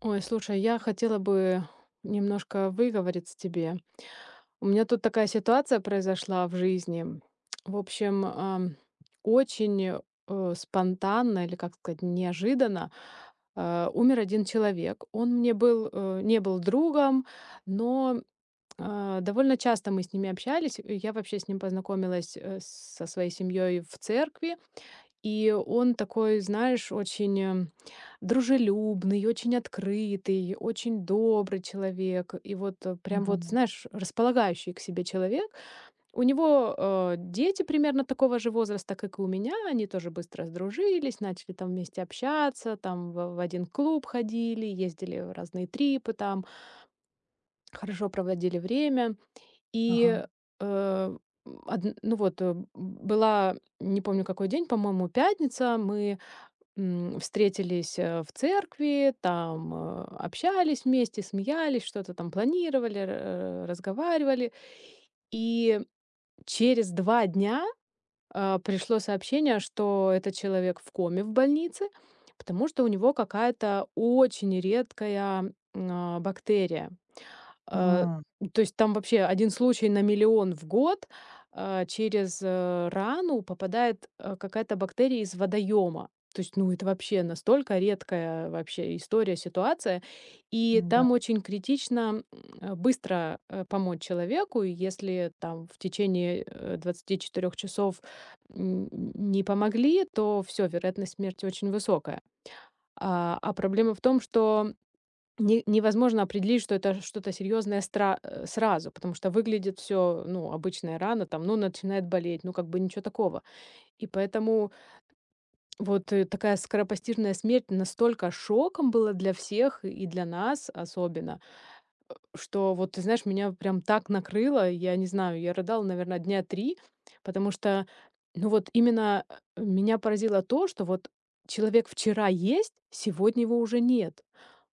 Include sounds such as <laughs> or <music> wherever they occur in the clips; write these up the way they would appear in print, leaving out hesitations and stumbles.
Ой, слушай, я хотела бы немножко выговориться тебе. У меня тут такая ситуация произошла в жизни. В общем, ам, очень спонтанно или, как сказать, неожиданно умер один человек. Он мне был, не был другом, но довольно часто мы с ними общались. И я вообще с ним познакомилась со своей семьей в церкви. И он такой, знаешь, очень дружелюбный, очень открытый, очень добрый человек. И вот, прям вот, Мгм. знаешь, располагающий к себе человек. У него, дети примерно такого же возраста, как и у меня. Они тоже быстро сдружились, начали там вместе общаться, там в один клуб ходили, ездили в разные трипы там, хорошо проводили время. Ага. И, э, м, одн ну вот, э, была, не помню какой день, по-моему, пятница, мы встретились, в церкви, там, общались вместе, смеялись, что-то там планировали, разговаривали. И через 2 дня, пришло сообщение, что этот человек в коме в больнице, потому что у него какая-то очень редкая, бактерия. Э, М, То есть там вообще один случай на миллион в год. Через рану попадает, какая-то бактерия из водоема. То есть, ну, это вообще настолько редкая вообще история, ситуация. И да, там очень критично, быстро, помочь человеку. И если там в течение, 24 часов, не помогли, то все вероятность смерти очень высокая. А проблема в том, что не невозможно определить, что это что-то серьезное сразу, потому что выглядит все, ну, обычная рана, там, ну, начинает болеть, ну, как бы ничего такого. И поэтому вот, такая скоропостижная смерть настолько шоком была для всех и для нас особенно, что вот, ты знаешь, меня прям так накрыло. Я не знаю, я рыдала, наверное, дня 3, потому что, ну, вот именно, меня поразило то, что вот человек вчера есть, сегодня его уже нет.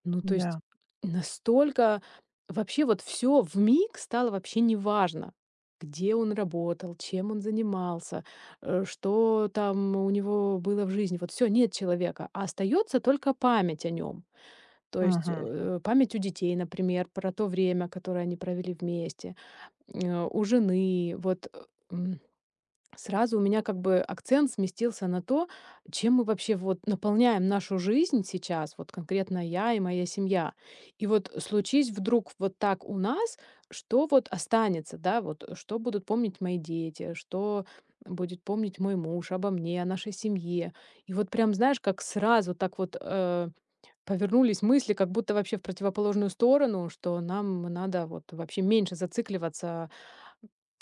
Ну, то есть да. настолько вообще вот все в вмиг стало вообще неважно, где он работал, чем он занимался, что там у него было в жизни. Вот все, нет человека, а остаётся только память о нем. То есть, Мгм, память у детей, например, про то время, которое они провели вместе, у жены. Сразу у меня как бы акцент сместился на то, чем мы вообще вот наполняем нашу жизнь сейчас, вот конкретно я и моя семья. И вот случись вдруг вот так у нас, что вот останется, да, вот, что будут помнить мои дети, что будет помнить мой муж обо мне, о нашей семье. И вот прям, знаешь, как сразу так вот повернулись мысли, как будто вообще в противоположную сторону, что нам надо вот вообще меньше зацикливаться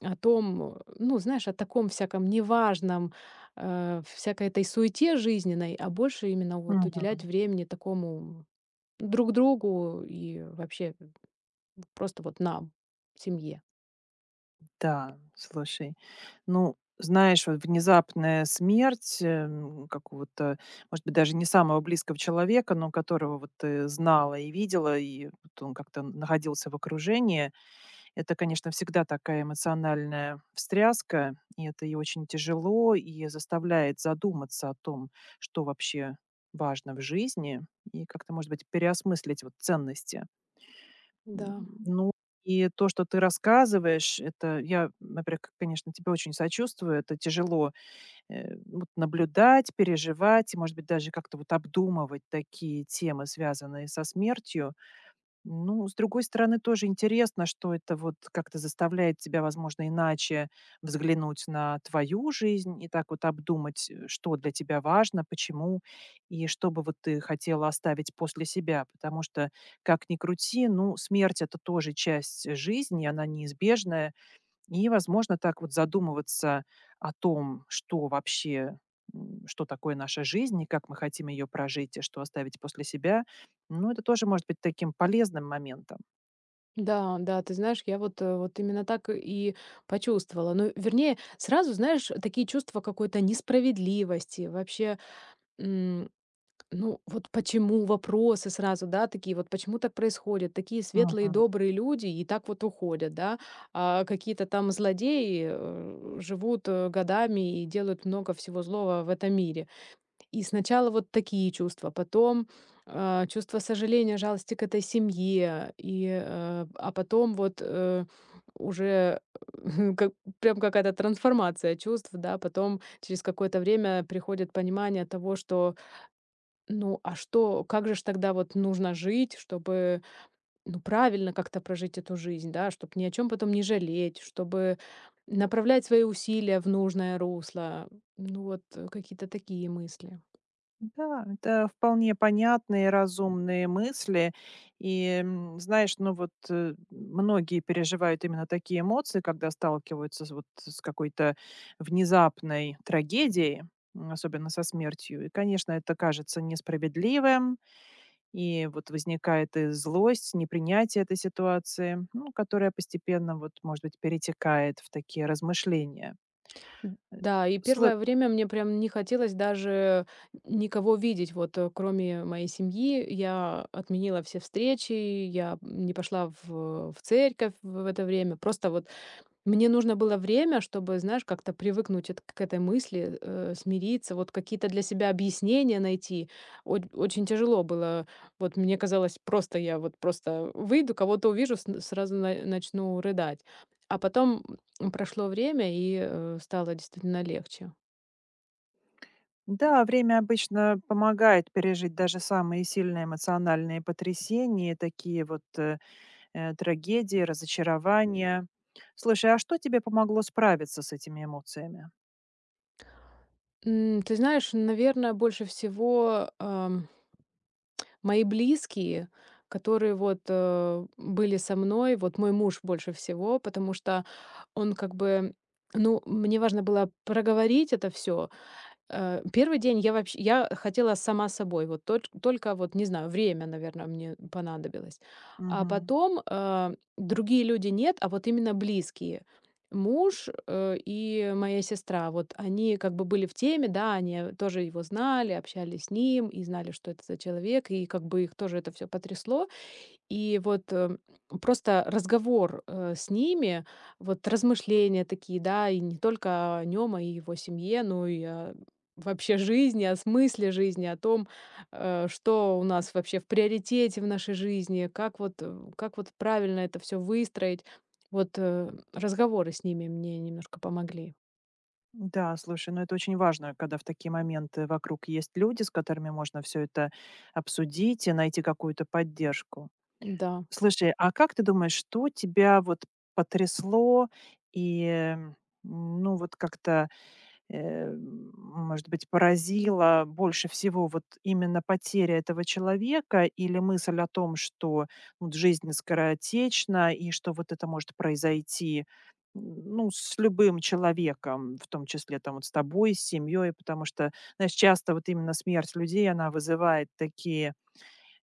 о том, ну, знаешь, о таком всяком неважном, всякой этой суете жизненной, а больше именно вот мгм. уделять времени такому друг другу и вообще просто вот нам, семье. Да, слушай, ну, знаешь, вот внезапная смерть, какого-то, может быть, даже не самого близкого человека, но которого вот ты знала и видела, и вот он как-то находился в окружении. Это, конечно, всегда такая эмоциональная встряска, и это и очень тяжело, и заставляет задуматься о том, что вообще важно в жизни, и как-то, может быть, переосмыслить вот ценности. Да. Ну, и то, что ты рассказываешь, это я, например, к конечно, тебе очень сочувствую. Это тяжело, вот наблюдать, переживать и, может быть, даже как-то вот обдумывать такие темы, связанные со смертью. Ну, с другой стороны, тоже интересно, что это вот как-то заставляет тебя, возможно, иначе взглянуть на твою жизнь и так вот обдумать, что для тебя важно, почему и что бы вот ты хотела оставить после себя. Потому что, как ни крути, ну, смерть — это тоже часть жизни, она неизбежная, и, возможно, так вот задумываться о том, что вообще, что такое наша жизнь и как мы хотим ее прожить, и что оставить после себя, ну, это тоже может быть таким полезным моментом. Да, да, ты знаешь, я вот, вот именно так и почувствовала. Ну, вернее, сразу, знаешь, такие чувства какой-то несправедливости, вообще. Ну, вот почему вопросы сразу, да, такие вот, почему так происходит? Такие светлые, Мгм. добрые люди и так вот уходят, да, а какие-то там злодеи живут годами и делают много всего злого в этом мире. И сначала вот такие чувства, потом чувство сожаления, жалости к этой семье, и, а потом уже <laughs> как, прям какая-то трансформация чувств, да, потом через какое-то время приходит понимание того, что ну, а что, как же ж тогда вот нужно жить, чтобы, ну, правильно как-то прожить эту жизнь, да, чтобы ни о чем потом не жалеть, чтобы направлять свои усилия в нужное русло. Ну, вот какие-то такие мысли. Да, это вполне понятные, разумные мысли. И, знаешь, ну вот, многие переживают именно такие эмоции, когда сталкиваются с, вот, с какой-то внезапной трагедией, особенно со смертью. И, конечно, это кажется несправедливым. И вот возникает и злость, непринятие этой ситуации, ну, которая постепенно, вот, может быть, перетекает в такие размышления. Э, Да, и слы первое время мне прям не хотелось даже никого видеть, кроме моей семьи. Я отменила все встречи, я не пошла в церковь в это время, просто вот мне нужно было время, чтобы, знаешь, как-то привыкнуть эт к этой мысли, смириться, вот какие-то для себя объяснения найти. Од Очень тяжело было. Вот мне казалось, просто я вот просто выйду, кого-то увижу, сн сразу на начну рыдать. А потом, прошло время, и, стало действительно легче. Да, время обычно помогает пережить даже самые сильные эмоциональные потрясения, такие вот, трагедии, разочарования. Слушай, а что тебе помогло справиться с этими эмоциями? Ты знаешь, наверное, больше всего, мои близкие, которые вот, были со мной, вот мой муж больше всего, потому что он как бы, ну, мне важно было проговорить это все. 1 день я вообще я хотела сама собой, вот только вот, не знаю, время, наверное мне понадобилось. А Мгм. потом, другие люди нет, а вот именно близкие. Муж, и моя сестра, вот они как бы были в теме, да, они тоже его знали, общались с ним и знали, что это за человек, и как бы их тоже это все потрясло. И вот, просто разговор, с ними, вот размышления такие, да, и не только о нём, а и его семье, но и о вообще жизни, о смысле жизни, о том, что у нас вообще в приоритете в нашей жизни, как вот, как вот правильно это все выстроить. Вот, разговоры с ними мне немножко помогли. Да, слушай, ну это очень важно, когда в такие моменты вокруг есть люди, с которыми можно все это обсудить и найти какую-то поддержку. Да. Слушай, а как ты думаешь, что тебя вот потрясло и ну вот как-то, может быть, поразила больше всего вот именно потеря этого человека или мысль о том, что вот жизнь скоротечна и что вот это может произойти, ну, с любым человеком, в том числе там вот с тобой, с семьей, потому что, знаешь, часто вот именно смерть людей, она вызывает такие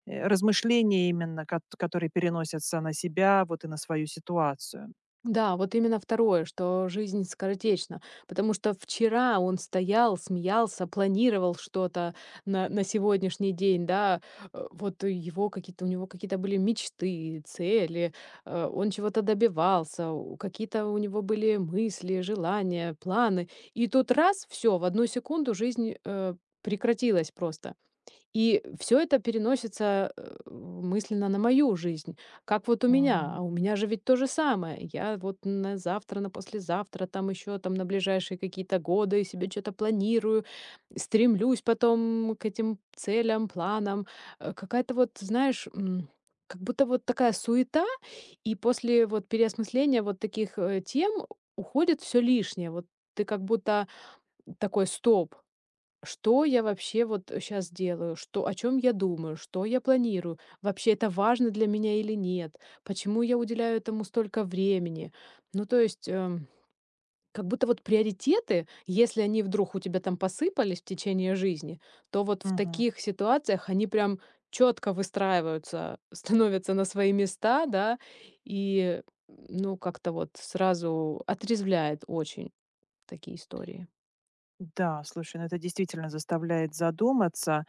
размышления именно, которые переносятся на себя, вот и на свою ситуацию. Да, вот именно второе, что жизнь скоротечна, потому что вчера он стоял, смеялся, планировал что-то на сегодняшний день, да, вот его какие-то, у него какие-то были мечты, цели, он чего-то добивался, какие-то у него были мысли, желания, планы, и тут раз, все, в одну секунду жизнь прекратилась просто. И все это переносится, мысленно на мою жизнь. Как вот у меня, Мгм. а у меня же ведь то же самое. Я вот на завтра, на послезавтра, там еще там на ближайшие какие-то годы себе что то планирую, стремлюсь потом к этим целям, планам. Какая-то вот, знаешь, как будто вот такая суета, и после вот переосмысления вот таких, тем уходит все лишнее. Вот ты как будто такой: "Стоп". Что я вообще вот сейчас делаю? Что о чем я думаю? Что я планирую? Вообще это важно для меня или нет? Почему я уделяю этому столько времени? Ну, то есть, как будто вот приоритеты, если они вдруг у тебя там посыпались в течение жизни, то вот в Мгм. таких ситуациях они прям четко выстраиваются, <laughs> становятся на свои места, да, и, ну, как-то вот сразу отрезвляет очень такие истории. Да, слушай, ну это действительно заставляет задуматься.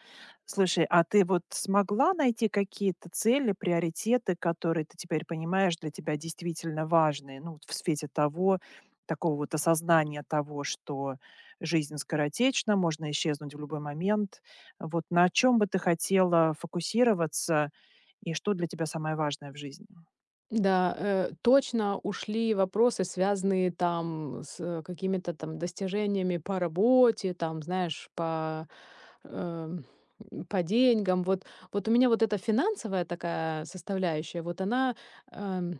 Слушай, а ты вот смогла найти какие-то цели, приоритеты, которые ты теперь понимаешь для тебя действительно важные, ну, вот в свете того, такого вот осознания того, что жизнь скоротечна, можно исчезнуть в любой момент. Вот на чем бы ты хотела фокусироваться и что для тебя самое важное в жизни? Да, точно ушли вопросы, связанные там с какими-то там достижениями по работе, там, знаешь, эм, по деньгам. Вот, вот у меня вот эта финансовая такая составляющая, вот она, эм,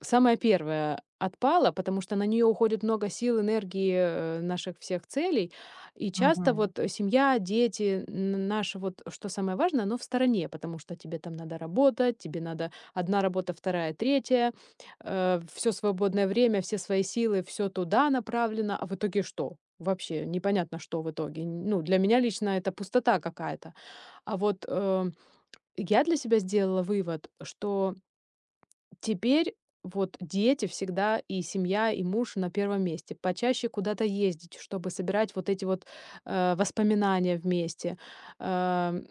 самая первая отпала, потому что на нее уходит много сил, энергии, наших всех целей. И часто вот семья, дети, наше вот, что самое важное, оно в стороне, потому что тебе там надо работать, тебе надо. Одна работа, вторая, третья. Все свободное время, все свои силы, все туда направлено. А в итоге что? Вообще непонятно, что в итоге. Ну, для меня лично это пустота какая-то. А вот я для себя сделала вывод, что теперь вот дети всегда и семья, и муж на первом месте. Почаще куда-то ездить, чтобы собирать вот эти вот воспоминания вместе. Эм,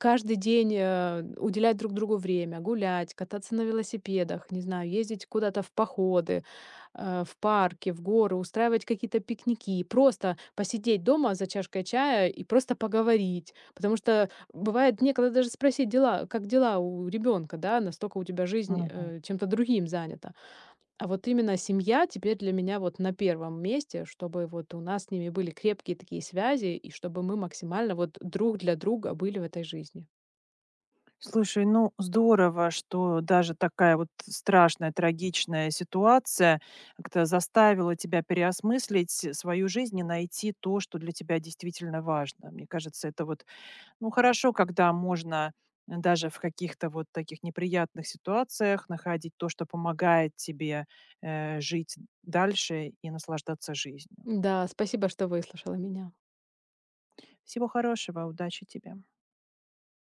Каждый день, уделять друг другу время, гулять, кататься на велосипедах, не знаю, ездить куда-то в походы, в парки, в горы, устраивать какие-то пикники, просто посидеть дома за чашкой чая и просто поговорить. Потому что бывает некогда даже спросить дела, как дела у ребенка, да, настолько у тебя жизнь, Мгм. Чем-то другим занята. А вот именно семья теперь для меня вот на первом месте, чтобы вот у нас с ними были крепкие такие связи и чтобы мы максимально вот друг для друга были в этой жизни. Слушай, ну здорово, что даже такая вот страшная, трагичная ситуация как-то заставила тебя переосмыслить свою жизнь и найти то, что для тебя действительно важно. Мне кажется, это вот, ну, хорошо, когда можно даже в каких-то вот таких неприятных ситуациях находить то, что помогает тебе жить дальше и наслаждаться жизнью. Да, спасибо, что выслушала меня. Всего хорошего, удачи тебе.